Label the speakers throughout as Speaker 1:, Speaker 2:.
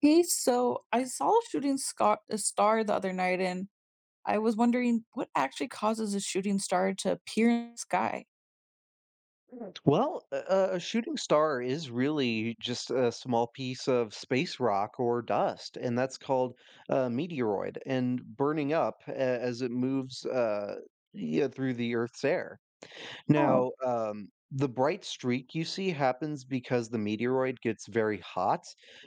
Speaker 1: Hey, so I saw a a star the other night, and I was wondering what actually causes a shooting star to appear in the sky.
Speaker 2: Well, a shooting star is really just a small piece of space rock or dust, and that's called a meteoroid, and burning up as it moves yeah, through the Earth's air.
Speaker 1: Oh.
Speaker 2: Now, the bright streak you see happens because the meteoroid gets very hot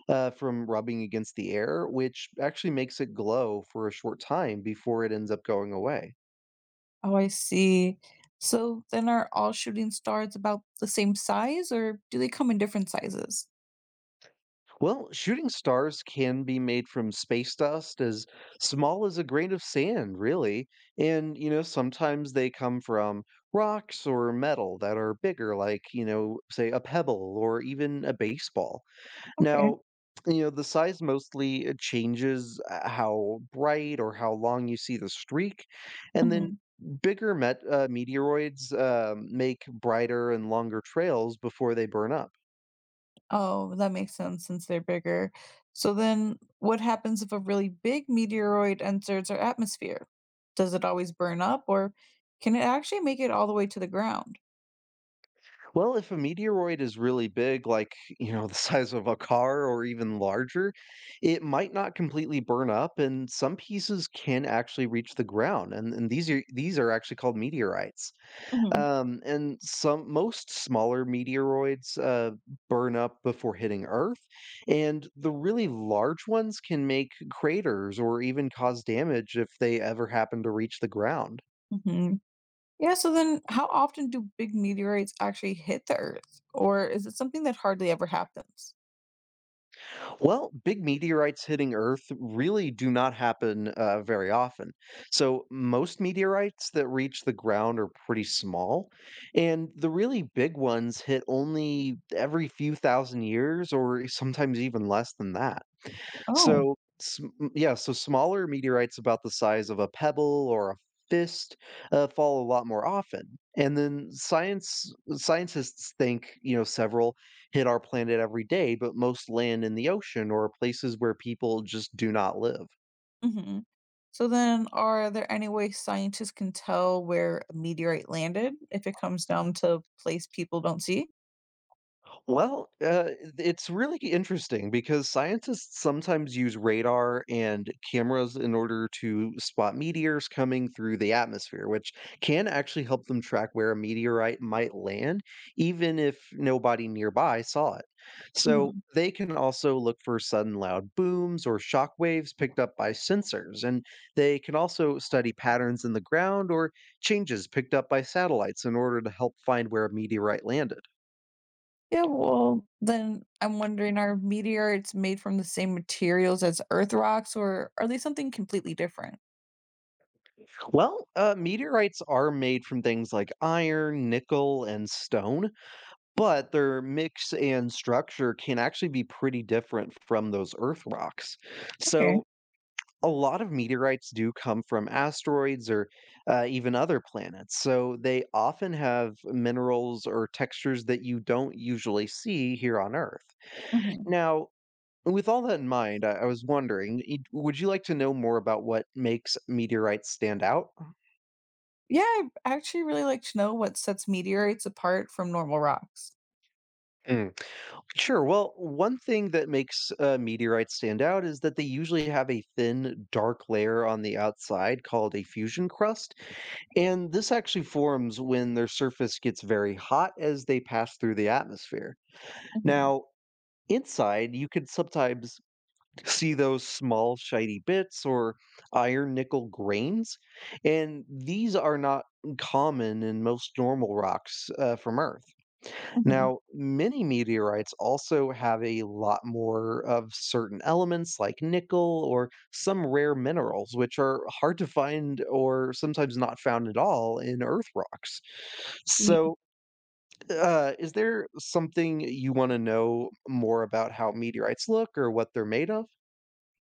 Speaker 2: from rubbing against the air, which actually makes it glow for a short time before it ends up going away.
Speaker 1: Oh, I see. So then, are all shooting stars about the same size, or do they come in different sizes?
Speaker 2: Well, shooting stars can be made from space dust as small as a grain of sand, really. And, you know, sometimes they come from rocks or metal that are bigger, like, you know, say a pebble or even a baseball.
Speaker 1: Okay.
Speaker 2: Now, you know, the size mostly changes how bright or how long you see the streak. And then bigger meteoroids make brighter and longer trails before they burn up.
Speaker 1: Oh, that makes sense since they're bigger. So then, what happens if a really big meteoroid enters our atmosphere? Does it always burn up, or can it actually make it all the way to the ground?
Speaker 2: Well, if a meteoroid is really big, like, you know, the size of a car or even larger, it might not completely burn up, and some pieces can actually reach the ground. And these are actually called meteorites.
Speaker 1: Hmm.
Speaker 2: And some most smaller meteoroids burn up before hitting Earth, and the really large ones can make craters or even cause damage if they ever happen to reach the ground.
Speaker 1: Hmm. Yeah, so then, how often do big meteorites actually hit the Earth, or is it something that hardly ever happens?
Speaker 2: Well, big meteorites hitting Earth really do not happen very often. So, most meteorites that reach the ground are pretty small, and the really big ones hit only every few thousand years or sometimes even less than that.
Speaker 1: Oh.
Speaker 2: So, so smaller meteorites about the size of a pebble or a fist fall a lot more often. And then science scientists think, you know, several hit our planet every day, but most land in the ocean or places where people just do not live.
Speaker 1: Mhm. So then, are there any way scientists can tell where a meteorite landed if it comes down to place people don't see?
Speaker 2: Well, it's really interesting because scientists sometimes use radar and cameras in order to spot meteors coming through the atmosphere, which can actually help them track where a meteorite might land, even if nobody nearby saw it. So
Speaker 1: Mhm.
Speaker 2: they can also look for sudden loud booms or shock waves picked up by sensors, and they can also study patterns in the ground or changes picked up by satellites in order to help find where a meteorite landed.
Speaker 1: Yeah, well, then I'm wondering, are meteorites made from the same materials as Earth rocks, or are they something completely different?
Speaker 2: Well, meteorites are made from things like iron, nickel, and stone, but their mix and structure can actually be pretty different from those Earth rocks.
Speaker 1: Okay.
Speaker 2: So, a lot of meteorites do come from asteroids or even other planets. So, they often have minerals or textures that you don't usually see here on Earth.
Speaker 1: Hmm.
Speaker 2: Now, with all that in mind, I was wondering, would you like to know more about what makes meteorites stand out?
Speaker 1: Yeah, I actually really like to know what sets meteorites apart from normal rocks.
Speaker 2: Mm. Sure. Well, one thing that makes meteorites stand out is that they usually have a thin, dark layer on the outside called a fusion crust. And this actually forms when their surface gets very hot as they pass through the atmosphere.
Speaker 1: Hmm.
Speaker 2: Now, inside, you can sometimes see those small, shiny bits or iron nickel grains. And these are not common in most normal rocks from Earth.
Speaker 1: Hmm.
Speaker 2: Now, many meteorites also have a lot more of certain elements like nickel or some rare minerals, which are hard to find or sometimes not found at all in Earth rocks. So, is there something you want to know more about how meteorites look or what they're made of?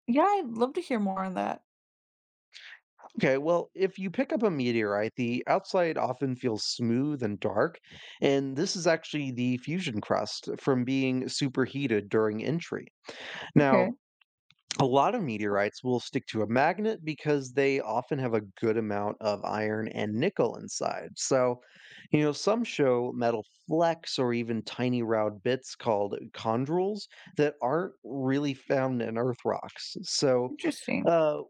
Speaker 1: Yeah, I'd love to hear more on that.
Speaker 2: Okay, well, if you pick up a meteorite, the outside often feels smooth and dark, and this is actually the fusion crust from being superheated during entry.
Speaker 1: Okay,
Speaker 2: Now, a lot of meteorites will stick to a magnet because they often have a good amount of iron and nickel inside. So, you know, some show metal flecks or even tiny round bits called chondrules that aren't really found in earth rocks. So,
Speaker 1: interesting.
Speaker 2: uh,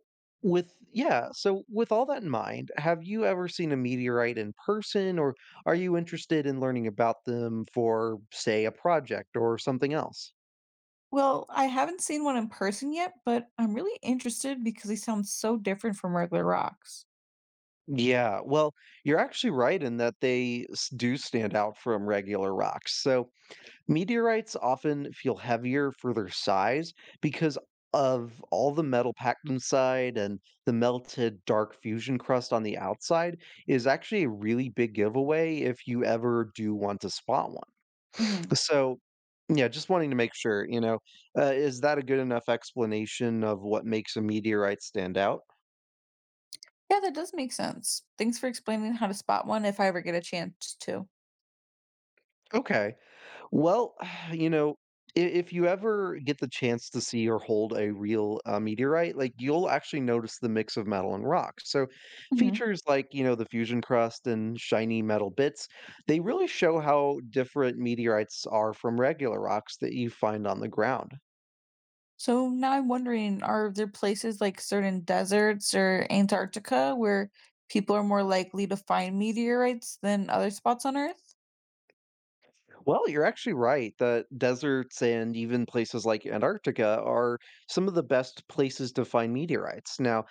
Speaker 2: so with all that in mind, have you ever seen a meteorite in person or are you interested in learning about them for say a project or something else?
Speaker 1: Well, I haven't seen one in person yet, but I'm really interested because they sound so different from regular rocks.
Speaker 2: Yeah, well, you're actually right in that they do stand out from regular rocks. So, meteorites often feel heavier for their size because of all the metal packed inside and the melted dark fusion crust on the outside is actually a really big giveaway if you ever do want to spot one.
Speaker 1: Hmm.
Speaker 2: So, yeah, just wanting to make sure, you know, is that a good enough explanation of what makes a meteorite stand out?
Speaker 1: Yeah, that does make sense. Thanks for explaining how to spot one if I ever get a chance to.
Speaker 2: Okay. Well, you know, I if you ever get the chance to see or hold a real, meteorite, like, you'll actually notice the mix of metal and rock. So,
Speaker 1: Hmm.
Speaker 2: features like, you know, the fusion crust and shiny metal bits, they really show how different meteorites are from regular rocks that you find on the ground.
Speaker 1: So now I'm wondering, are there places like certain deserts or Antarctica where people are more likely to find meteorites than other spots on Earth?
Speaker 2: Well, you're actually right that deserts and even places like Antarctica are some of the best places to find meteorites. Now,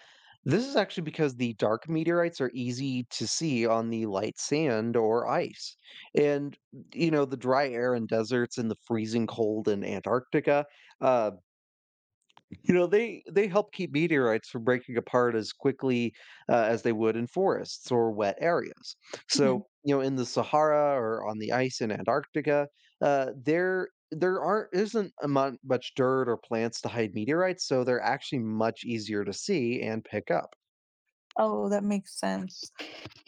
Speaker 2: this is actually because the dark meteorites are easy to see on the light sand or ice. And, you know, the dry air in deserts and the freezing cold in Antarctica, uh, you know, they help keep meteorites from breaking apart as quickly as they would in forests or wet areas.
Speaker 1: Hmm.
Speaker 2: So, you know, in the Sahara or on the ice in Antarctica, there there aren't isn't a much dirt or plants to hide meteorites, so they're actually much easier to see and pick up.
Speaker 1: Oh, that makes sense.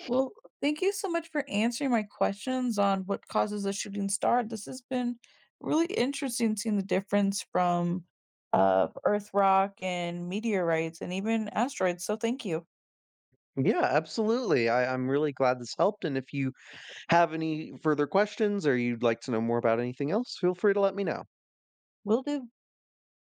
Speaker 1: Well, thank you so much for answering my questions on what causes a shooting star. This has been really interesting seeing the difference from Earth rock and meteorites and even asteroids. So thank you.
Speaker 2: Yeah, absolutely. I'm really glad this helped. And if you have any further questions or you'd like to know more about anything else, feel free to let me know.
Speaker 1: Will do.